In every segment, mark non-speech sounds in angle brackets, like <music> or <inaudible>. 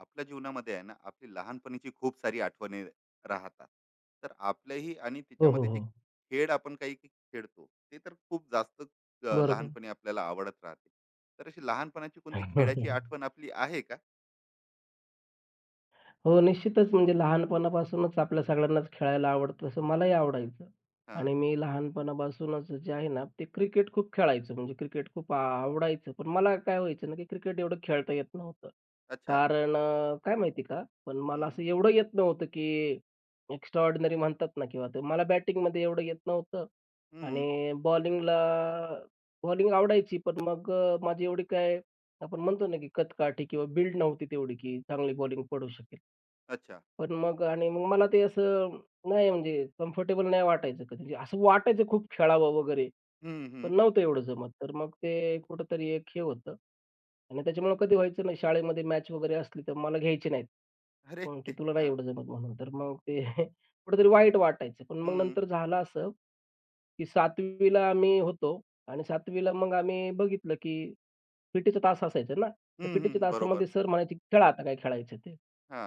आपल्या जीवनामध्ये आहे ना आपली लहानपणीची खूप सारी आठवणी राहतात. तर आपल्याही आणि हो, हो, त्याच्यामध्ये जे हो. खेळ आपण काही काही खेळतो ते तर खूप जास्त बरोबर. लहानपणी आपल्याला आवडत राहते. तर अशी लहानपणाची <laughs> हो, कोणती हो, खेळाची हो. आठवण आपली आहे का? हो, निश्चितच. म्हणजे लहानपणापासूनच आपल्या सगळ्यांनाच खेळायला आवडतं, तसं मलाही आवडायचं. हा. आणि मी लहानपणापासूनच जे आहे ना, ते क्रिकेट खूप खेळायचो. म्हणजे क्रिकेट खूप आवडायचं. पण मला काय व्हायचं ना, की क्रिकेट एवढं खेळता येत नव्हतं. अच्छा. कारण काय माहिती का, पण मला हम्म असं एवढं येत नव्हतं, की एक्स्ट्राऑर्डिनरी म्हणतात ना किंवा ते मला बॅटिंगमध्ये एवढं येत नव्हतं हम्म. आणि बॉलिंग आवडायची. पण मग माझी एवढी काय आपण म्हणतो ना, की कदकाठी किंवा बिल्ड नव्हती तेवढी, की चांगली बॉलिंग पडू शकेल. अच्छा. पण मग आणि मग मला ते असं नाही म्हणजे कम्फर्टेबल नाही वाटायचं कधी. म्हणजे असं वाटायचं खूप खेळावं वगैरे, हम्म पण हम्म. नव्हतं एवढं जमत. तर मग ते कुठेतरी एक हे होतं आणि त्याच्यामुळं कधी व्हायचं नाही शाळेमध्ये मॅच वगैरे असली तर मला घ्यायचे नाहीत. अरे मग की <laughs> तुला नाही हा. एवढं जमत म्हणून. तर मग ते <laughs> कुठेतरी वाईट वाटायचं. पण मग हम्म नंतर झालं असं, की 7वी आम्ही होतो आणि 7वी मग आम्ही बघितलं, की पी तास असायचा ना, तर हम्म पी हम्म. बरोबर. तासामध्ये सर म्हणायचे, "खेळा आता काय खेळायचं ते." हा.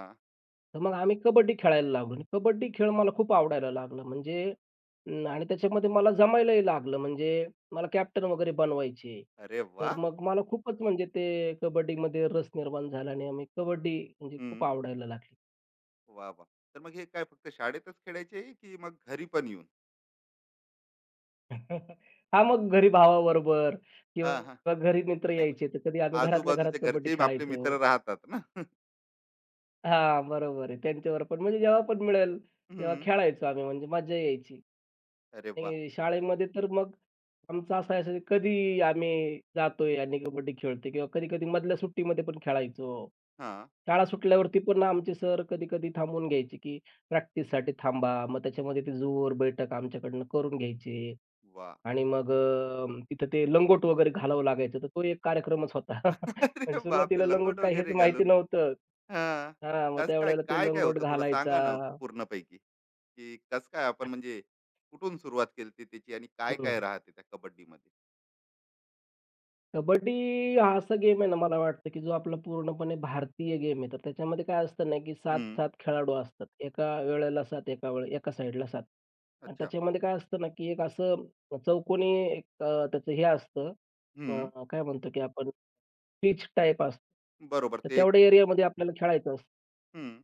तर मग आम्ही कबड्डी खेळायला लागलो आणि कबड्डी खेळ मला खूप आवडायला लागला. म्हणजे आणि त्याच्यामध्ये मला जमायलाही लागलं. म्हणजे मला कॅप्टन वगैरे बनवायचे. अरे वा. तर मग मला खूपच म्हणजे ते कबड्डीमध्ये रस निर्माण झाला आणि आम्ही कबड्डी म्हणजे खूप हम्म. आवडायला लागली. वा वा. तर मग हे काय फक्त शाळेतच खेळायचे की मग घरी पण येऊन? <laughs> हां, मग घरी भावाबरोबर हम्म. किंवा घरी मित्र नाही म्हणजे यायचे, तर कधी आम्ही घरातल्या आजूबाजूचे घरात कबड्डी घरचे आपले खेळायचो. मित्र राहतात ना. <laughs> हां, बरोबर आहे. त्यांच्यावर पण म्हणजे जेव्हा पण मिळेल तेव्हा हम्म. खेळायचो आम्ही म्हणजे मजा यायची. अरे वा. आणि शाळेमध्ये तर मग आमचं असं असायचं, की कधी आम्ही जातोय आणि कबड्डी खेळतोय किंवा कधी-कधी मधल्या सुट्टीमध्ये पण खेळायचो. हा. शाळा सुटल्यावरती पण आमचे सर कधी-कधी थांबवून घ्यायचे, की प्रॅक्टिससाठी थांबा. मग त्याच्यामध्ये ते जोर बैठक आमच्याकडनं करून घ्यायचे वा. आणि मग तिथं ते लंगोट वगैरे घालावं लागायचं. तर तो एक कार्यक्रमच होता. <laughs> <laughs> अरे म्हणजे बापरे, सुरुवातीला लंगोट लंगोट काय हेच वगैरे माहिती घालून. नव्हतं. हा. हां, मग कस काय त्यावेळेला ते काय काय लंगोट होतं थोडं घालायचा. सांगा ना, पूर्णपैकी, की कस काय आपण म्हणजे कुठून सुरुवात केली होती त्याची आणि काय काय हं. राहते त्या कबड्डीमध्ये? कबड्डी हा असा गेम आहे ना, मला वाटतं, की जो आपला पूर्णपणे भारतीय गेम आहे. तर त्याच्यामध्ये काय असतं ना, की हम्म. 7-7 खेळाडू असतात. एका वेळेला 7, एका साइडला 7. आणि अच्छा. त्याच्यामध्ये काय असतं ना, की एक असं चौकोनी एक त्याचं हे असतं हम्म. काय म्हणतो, की आपण पिच टाइप असतं. बरोबर तर ते एक-. तेवढ्या एरियामध्ये आपल्याला खेळायचं असतं. हम्म.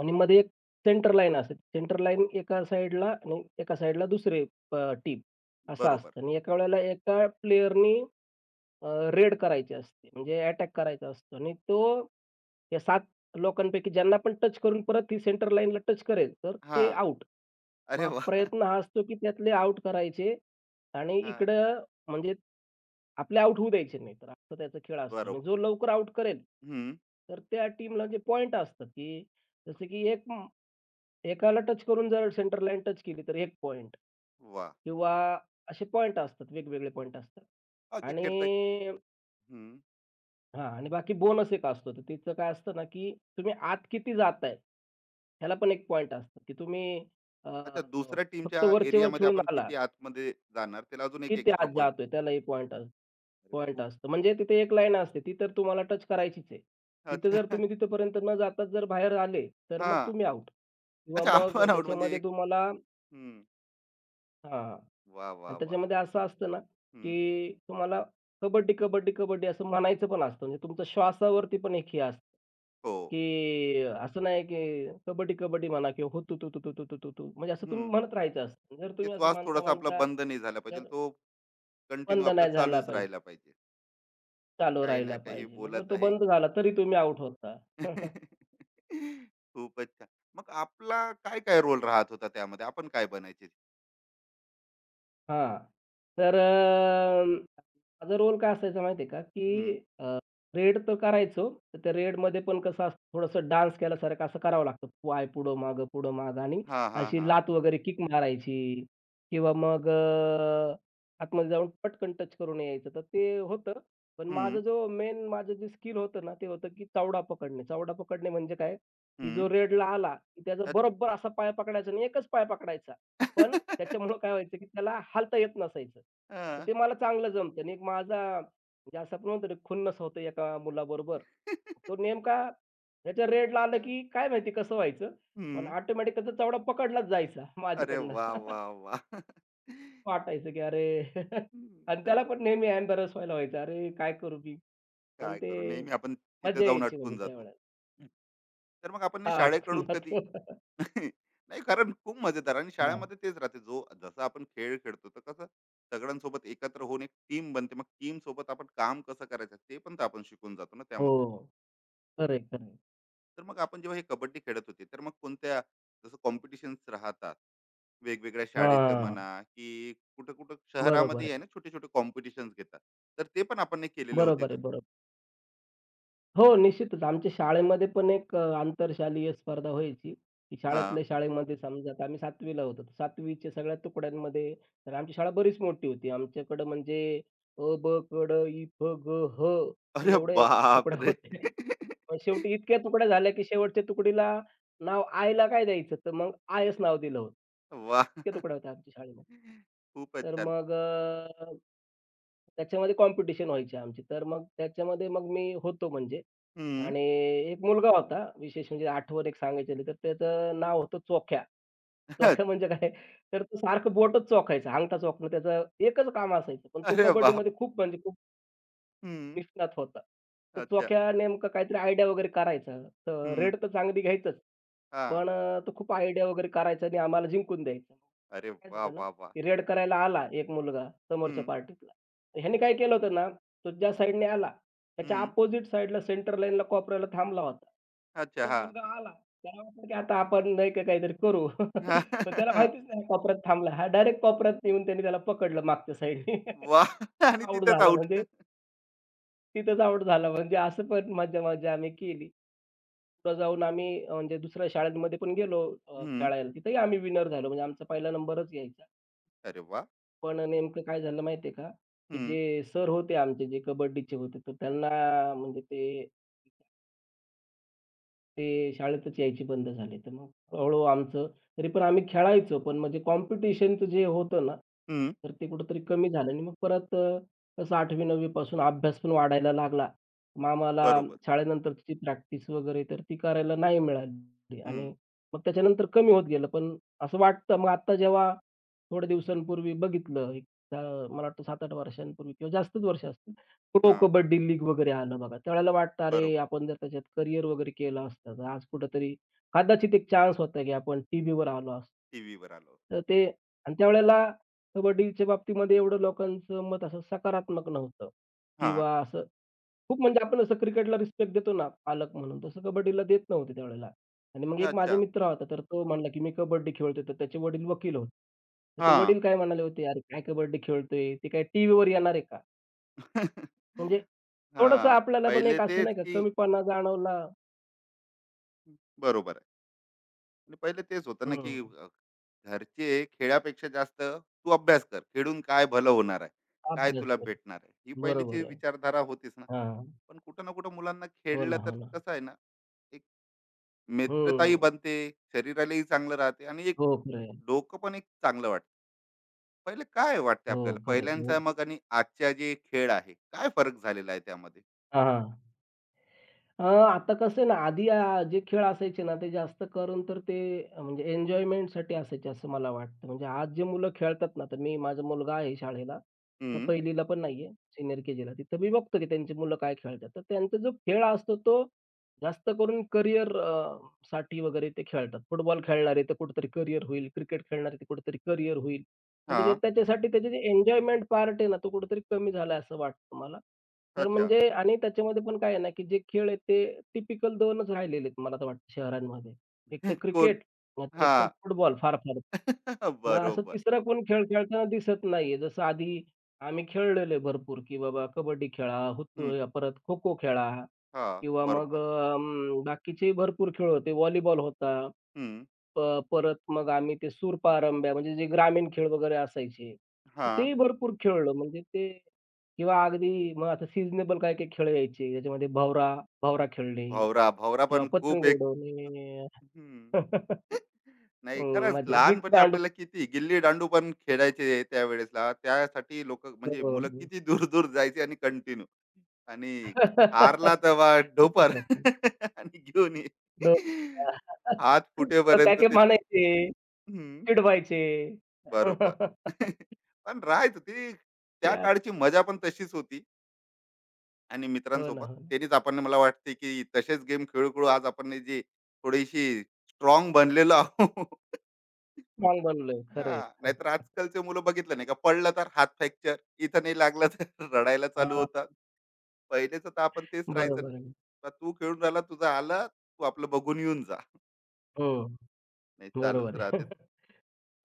आणि मध्ये एक सेंटर लाईन असते. सेंटर लाईन एका साइडला आणि एका साइडला दुसरे टीम असं बरोबर. असतं. आणि एका वेळेला एका प्लेयरनी अ, रेड करायची असते. म्हणजे अटॅक करायचा असतो आणि तो या 7 लोकांपैकी ज्यांना पण टच करून परत ती सेंटर लाईनला टच करेल, तर हा. ते आउट. अरे मग वा. <laughs> प्रयत्न हा असतो, की त्यातले आउट करायचे आणि हा. इकडं म्हणजे आपले आउट होऊ द्यायचे नाही. तर असा त्याचा खेळ असतो आणि बरोबर. जो लवकर आउट करेल, हम्म. तर त्या टीमला जे पॉइंट असतात, की जसं की एक म एकाला टच करून जर सेंटर लाईन टच केली, तर एक पॉइंट वा. किंवा असे पॉइंट असतात, वेगवेगळे पॉइंट असतात. हा, की खेळता. आणि हां आणि बाकी बोनस एक असतो. तर तिचं काय असतं ना, की तुम्ही आत किती जाताय, ह्याला पण एक पॉइंट असतो, की तुम्ही अ, अच्छा, दुसऱ्या टीमच्या फक्त वरच्या वर एरियामध्ये खेळून आपण आला, किती आतमध्ये जाणार त्याला अजून एक किती एक्स्ट्रा आत पॉइंट. जातोय त्यालाही अरे पॉइंट खूप. असतो. म्हणजे तिथे एक लाईन असते, ती तर तुम्हाला टच करायचीच आहे. तिथे अच्छा. जर <laughs> तुम्ही तिथपर्यंत न जाताच जर बाहेर आले, तर हा. मग तुम्ही आउट किंवा अच्छा, मग आपण आउट म्हणजे त्याच्यामध्ये एक. तुम्हाला हम्म. हां. वा वा आणि वा. त्याच्यामध्ये असं असतं ना, हम्म. की तुम्हाला कबड्डी, कबड्डी, कबड्डी असं म्हणायचं पण असतं. म्हणजे तुमच्या श्वासावरती पण एक हे असतं, हो. की असं नाही की कबड्डी, कबड्डी म्हणा किंवा हुतू तू, तू, तू, तू, तू, तू, तू तू, म्हणजे असं तुम्ही हम्म. म्हणत राहायचं असतं. जर ते तुम्ही असं श्वास थोडासा आपला म्हणता-म्हणता बंद नाही झाला पाहिजे जर तो, कंटिन्यू बंद आपला नाही झाला चालूच पाहिजे, राहिला पाहिजे, की चालू काही ना राहिला काही पाहिजे. मग जर बोलत तो आहे. बंद झाला तरी तुम्ही आउट होता. <laughs> <laughs> खूपच छान. मग आपला काय काय रोल राहत होता त्यामध्ये, आपण काय बनायचे? हां. तर माझा रोल काय असायचा माहिती का, की हम्म. रेड तर करायचो. तर त्या रेडमध्ये पण कसं असतं थोडंसं डान्स केल्यासारखं असं करावं लागतं. पाय पुढं-मागं, पुढं-मागं आणि हा हा अशी हा. लात वगैरे किक मारायची किंवा मग आतमध्ये जाऊन पटकन टच करून यायचं. तर ते होतं. पण हम्म. माझा जो मेन माझं जे स्किल होतं ना, ते होतं की चावडा पकडणे. चावडा पकडणे म्हणजे काय, की जो हम्म. रेडला आला, की त्याचा अच्छा. बरोबर असा पाय पकडायचा आणि एकच पाय पकडायचा. पण <laughs> त्याच्यामुळं काय व्हायचं, की त्याला हालता येत नसायचं. तर हा. ते मला चांगलं जमतं आणि एक माझा म्हणजे असं आपण म्हणतो ना, खुन्नस होतं एका मुलाबरोबर. तो <laughs> नेमका ह्याच्या रेडला आलं, हा. की काय माहिती कसं व्हायचं, पण हम्म. ऑटोमॅटिक त्याचा चावडा पकडलाच जायचा अरे माझ्याकडनं. वा, वा, <laughs> वा. <laughs> वाटायचं, की अरे <laughs> हं, आणि तर त्याला पण नेहमी एम्बॅरस व्हायला व्हायचं. अरे काय करू मी? पण काय करू? ते नेहमी आपण तिथे मजा जाऊन यायची अटकून म्हणजे जातो. त्यावेळेला. हं. तर मग आपण ना हा, अटकून शाळेकडून कधी. जातो. <laughs> <laughs> नाही, कारण खूप मजेदार, आणि हां. शाळेमध्ये तेच राहते. जो जसं आपण खेळ खेळतो, तर कसं सगळ्यांसोबत एकत्र होऊन एक टीम बनते. मग टीमसोबत आपण काम कसं करायचं ते पण तर आपण शिकून जातो ना हो. त्यामधून. खरं आहे, खरं तर मग आपण जेव्हा हे कबड्डी खेळत होते, तर मग कोणत्या, जसं कॉम्पिटिशन्स राहतात, वेगवेगळ्या शाळेचं म्हणा, की कुठं कुठं बरोबर शहरामध्ये आहे. आहे ना छोटे छोटे कॉम्पिटिशन्स घेतात, तर ते पण आपण नाही केलेले होते बरोबर का? आहे, बरोबर. हो, निश्चितच. आमच्या शाळेमध्ये पण एक आंतरशालेय स्पर्धा व्हायची, की हा. शाळेतल्या शाळेमध्ये समजा आता आम्ही 7वी ला होतो. 7वी च्या सगळ्या तुकड्यांमध्ये तर आमची शाळा बरीच मोठी होती. आमच्याकडं म्हणजे अ, ब, क, ड, इ, फ, ग, ह अरे एवढ्या बाप तुकड्या रे. होत्या. <laughs> पण शेवटी इतक्या तुकड्या झाल्या, की शेवटच्या तुकडीला नाव आयला काय द्यायचं? तर मग आयच नाव दिलं होतं. वा. इतक्या तुकड्या होत्या आमच्या शाळेमध्ये. खूपच तर छान. मग त्याच्यामध्ये कॉम्पिटिशन व्हायची आमची. तर मग त्याच्यामध्ये मग मी होतो म्हणजे हम्म. आणि एक मुलगा होता विशेष म्हणजे आठवण एक सांगायची झाली तर त्याचं नाव होतं चोख्या. चोख्या <laughs> म्हणजे काय? तर तो सारखं बोटच चोखायचा, अंगठा चोखणं त्याचं एकच काम असायचं. पण तो अरे बाप. कबड्डीमध्ये खूप म्हणजे खूप हम्म. निष्णात होता. तर अच्छा. चोख्या नेमकं काहीतरी आयडिया वगैरे करायचा. तर हम्म. रेड तर चांगली घ्यायचंच. हा. पण तो खूप आयडिया वगैरे करायचा आणि आम्हाला जिंकून द्यायचा. अरे काय वा झालं ना, वा वा. की रेड करायला आला एक मुलगा समोरच्या हम्म. पार्टीतला. ह्याने काय केलं होतं ना, तो ज्या साइडने आला, त्याच्या हम्म. अपोझिट साइडला सेंटर लाईनला कोपऱ्याला थांबला होता. अच्छा. तो हा. मुलगा आला, त्याला वाटलं की आता आपण नाही का काहीतरी करू. <laughs> पण त्याला हा. माहितीच नाही कोपऱ्यात थांबला. हा डायरेक्ट कोपऱ्यात येऊन त्याने त्याला पकडलं मागच्या <laughs> साइडने. <laughs> वा. आणि आउट तिथंच झाला आउट. म्हणजे तिथेच आउट झाला. म्हणजे असं पण मज्जा-मज्जा आम्ही केली. पुढे जाऊन आम्ही अं, म्हणजे दुसऱ्या शाळांमध्ये पण गेलो हम्म. खेळायला. तिथेही आम्ही विनर झालो. म्हणजे आमचा पहिला नंबरच यायचा. अरे वा. पण नेमकं काय झालं माहिती आहे का, की हम्म. जे सर होते आमचे, जे कबड्डीचे होते, तर त्यांना म्हणजे ते ते शाळेतच यायची बंद झाली. तर मग हळू-हळू आमचं तरी पण आम्ही खेळायचो, पण म्हणजे कॉम्पिटिशनचं जे होतं ना, हम्म. तर ते कुठेतरी कमी झालं आणि मग परत कसं 8वी-9वी पासून अभ्यास पण वाढायला लागला. मग आम्हाला बरोबर. शाळेनंतरची प्रॅक्टिस वगैरे तर ती करायला नाही मिळाली हम्म. आणि मग त्याच्यानंतर कमी होत गेलं. पण असं वाटतं मग आत्ता जेव्हा थोड्या दिवसांपूर्वी बघितलं, एक मला वाटतं 7-8 वर्षांपूर्वी किंवा जास्तच वर्ष असतील. प्रो हा. कबड्डी लीग वगैरे आलं बघा. त्यावेळेला वाटतं, अरे बरोबर. आपण जर त्याच्यात करियर वगैरे केलं असतं, तर आज कुठेतरी कदाचित एक चान्स होता, की आपण टीव्हीवर आलो असतो. टीव्हीवर आलो. तर ते आणि त्यावेळेला कबड्डीच्या बाबतीमध्ये एवढं लोकांचं मत असं सकारात्मक नव्हतं हां. किंवा असं खूप म्हणजे आपण असं क्रिकेटला रिस्पेक्ट देतो ना, पालक म्हणून, तसं कबड्डीला देत नव्हते त्यावेळेला. आणि मग एक माझा अच्छा. मित्र होता, तर तो म्हणला, की "मी कबड्डी खेळतोय." तर त्याचे वडील वकील होते. तर ते हां. वडील काय म्हणाले होते, "अरे काय कबड्डी खेळतोय? ते काय टीव्हीवर येणार आहे का?" हां. <laughs> म्हणजे थोडंसं आपल्याला पण पहिले एक असं तेच नाही का की, कमीपणा जाणवला बरोबर आहे. आणि पहिले तेच होतं ना, की हं. घरचे, खेळापेक्षा जास्त तू अभ्यास कर. खेळून काय भलं होणार आहे? काय अभ्यास तुला कर. भेटणार आहे? ही पहिलीची बरोबर आहे. विचारधारा होतीच ना. हां. पण कुठं ना कुठं मुलांना हो खेळलं ना, तर हो ना. कसं आहे ना, एक मित्रताही हं. बनते, शरीरालाही चांगलं राहते, आणि एक हो, खरं आहे. डोकं पण एक चांगलं वाटतं. पहिले काय वाटते हो, आपल्याला? खरं आहे. पहिल्यांचा म्हणजे मग, आणि आजच्या जे खेळ आहे, काय फरक झालेला आहे त्यामध्ये? हां, हां. आता कसं आहे ना, आधी जे खेळ असायचे ना, ते जास्त करून तर ते म्हणजे एन्जॉयमेंटसाठी असायचे असं मला वाटतं. म्हणजे आज जे मुलं खेळतात ना, तर मी माझा मुलगा आहे शाळेला, तर हं. 1लीला पण नाहीये, सीनियर के-जीला. तिथं मी बघतो की त्यांची मुलं काय खेळतात. तर त्यांचा जो खेळ असतो तो जास्त करून करियर साठी वगैरे ते खेळतात. फुटबॉल खेळणारे तर कुठेतरी करियर होईल, क्रिकेट खेळणारे ते कुठेतरी करियर होईल. म्हणजे जे हां. त्याच्यासाठी त्याचे जे एन्जॉयमेंट पार्ट आहे ना, तो कुठेतरी कमी झाला असं वाटतं मला. तर अच्छा. म्हणजे आणि त्याच्यामध्ये पण काय आहे ना, की जे खेळ आहेत ते टिपिकल 2च राहिलेले आहेत मला तर वाटतं शहरांमध्ये. एक तर कोण. क्रिकेट, नाहीतर एकतर हां. फुटबॉल फार-फार. <laughs> ना असं बरोबर. तिसरा कोण खेळ खेळताना दिसत नाहीये. जसं आधी आम्ही खेळलेलो आहे भरपूर, की बाबा कबड्डी खेळा, हं. हुतू परत खो-खो खेळा हां, किंवा मग बरोबर. अं, भरपूर खेळ होते. व्हॉलीबॉल होता. हं. परत मग आम्ही ते सूरपारंब्या म्हणजे जे ग्रामीण खेळ वगैरे असायचे, तर हां. तेही भरपूर खेळलो. म्हणजे ते किंवा अगदी मग आता सीझनेबल काही-काही खेळ यायचे. त्याच्यामध्ये भवरा भवरा खेळणे भावरा भवरा किंवा पण खूप पतंग एक. उडवणे हं. <laughs> हं, नाही, खरंच मजा आहे. लहानपणी विटीदांडू आपल्याला किती गिल्ली-दांडू पण खेळायचे त्यावेळेसला. त्यासाठी लोकं हो, म्हणजे मुलं हो. किती दूर-दूर जायचे आणि कंटिन्यू. आणि हारला तर <laughs> वा ढोपर खूपच असतं. <laughs> आणि घेऊन ये. डो हात <laughs> परत फुटेपर्यंत काय-काय ते. म्हणायचे, चिडवायचे. बरोबर. <laughs> <laughs> पण राहायचं ती त्या ते काळची मजा पण तशीच होती, आणि हो ना, मित्रांसोबत हो ना. त्यांनीच आपण, मला वाटते, की तसेच गेम खेळू-खेळू आज आपण जी थोडीशी स्ट्रॉंग बनलेलो आहोत. <laughs> हां. बनलोय. खरं हां, आहे. नाहीतर <laughs> आजकालचे मुलं बघितलं नाही का, पडलं तर हात फ्रॅक्चर, इथं नाही लागलं तर <laughs> रडायला चालू होतात. पहिलेचं तर आपण तेच राहायचं. बरोबर आहे. तर तू खेळून राहिला, तुझं आलं, तू आपलं बघून येऊन जा. हं. नाही, चालूच बरोबर आहे. राहते. <laughs>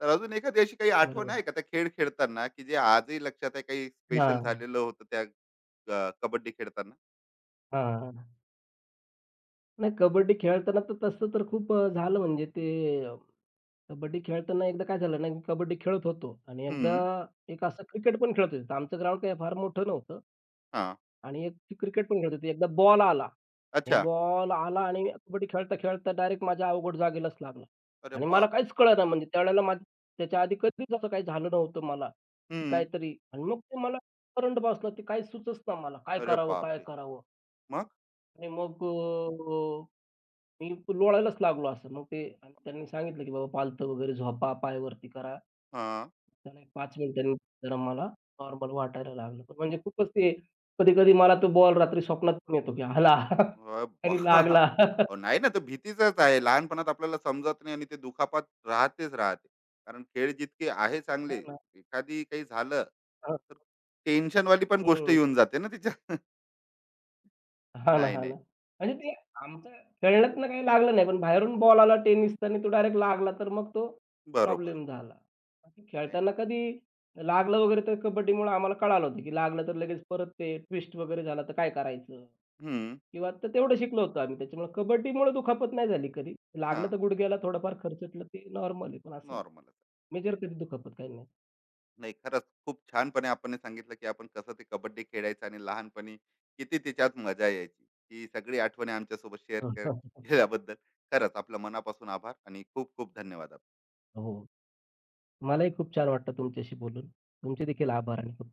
तर अजून एखादी अशी काही आठवण बरोबर. आहे का त्या खेळ खेळताना, की जे आजही लक्षात आहे, काही स्पेशल हां, झालेलं होतं त्या कबड्डी खेळताना? हां. नाही कबड्डी खेळताना तर तसं तर खूप झालं म्हणजे ते अ, कबड्डी खेळताना एकदा काय झालं ना, मी कबड्डी खेळत होतो आणि एकदा हं. एक असं क्रिकेट पण खेळत होतो. आमचं ग्राउंड काही फार मोठं नव्हतं हां. आणि एक क्रिकेट पण खेळत होतो. एकदा बॉल आला आणि अच्छा. बॉल आला आणि कबड्डी खेळता-खेळता डायरेक्ट माझ्या अवघड जागेलाच लागला अरे आणि मला बापरे! काहीच कळेना म्हणजे त्यावेळेला माझं त्याच्या आधी कधीच असं काही झालं नव्हतं मला, की हं. काहीतरी आणि मग ते मला करंट बसला. ते काही सुचेच ना मला. काय अरे करावं? काय बापरे! करावं? मग? आणि मग मी लोळायलाच लागलो असं. मग ते आणि त्यांनी सांगितलं, की "बाबा पालथं वगैरे झोपा, पाय वरती करा." हां. त्याने पाच मिनिटांनी जरा मला नॉर्मल वाटायला लागलं. पण म्हणजे खूपच ते कधी-कधी मला तो बॉल रात्री स्वप्नात पण येतो, की आला <laughs> बाप आणि लागला. <laughs> अहो, नाही ना, तो भीतीचंच आहे. लहानपणात आपल्याला समजत नाही आणि ते दुखापत राहतेच राहते. कारण खेळ जितके आहे हां चांगले, ना. एखादी काही झालं हां. तर टेन्शनवाली पण गोष्ट हं. येऊन जाते ना तिच्यात. <laughs> हां ना, नाही, हां नाही. ना. म्हणजे ते आमचं खेळण्यातनं काही लागलं नाही, पण बाहेरून बॉल आला टेनिसचा आणि तो डायरेक्ट लागला, तर मग तो बरोबर. प्रॉब्लेम झाला. बाकी नाही. खेळताना कधी लागलं वगैरे तर कबड्डीमुळं आम्हाला कळालं होतं, की लागलं तर लगेच परत ते ट्विस्ट वगैरे झाला तर काय करायचं? हं. किंवा तर तेवढं शिकलो होतो आम्ही. त्याच्यामुळे कबड्डीमुळे दुखापत नाही झाली कधी. लागलं हां, तर गुडघ्याला थोडंफार खरचटलं ते नॉर्मल आहे, पण असं नॉर्मलच. मेजर कधी दुखापत काही नाही. नाही, खरंच खूप छानपणे आपण हे सांगितलं, की आपण कसं ते कबड्डी खेळायचं आणि लहानपणी किती त्याच्यात मजा यायची. ही सगळी आठवणी आमच्यासोबत शेअर <laughs> के हो. केल्याबद्दल खरंच आपल्या मनापासून आभार आणि खूप खूप धन्यवाद. हो. मलाही खूप छान वाटलं तुमच्याशी बोलून. तुमचे देखील आभार आणि खूप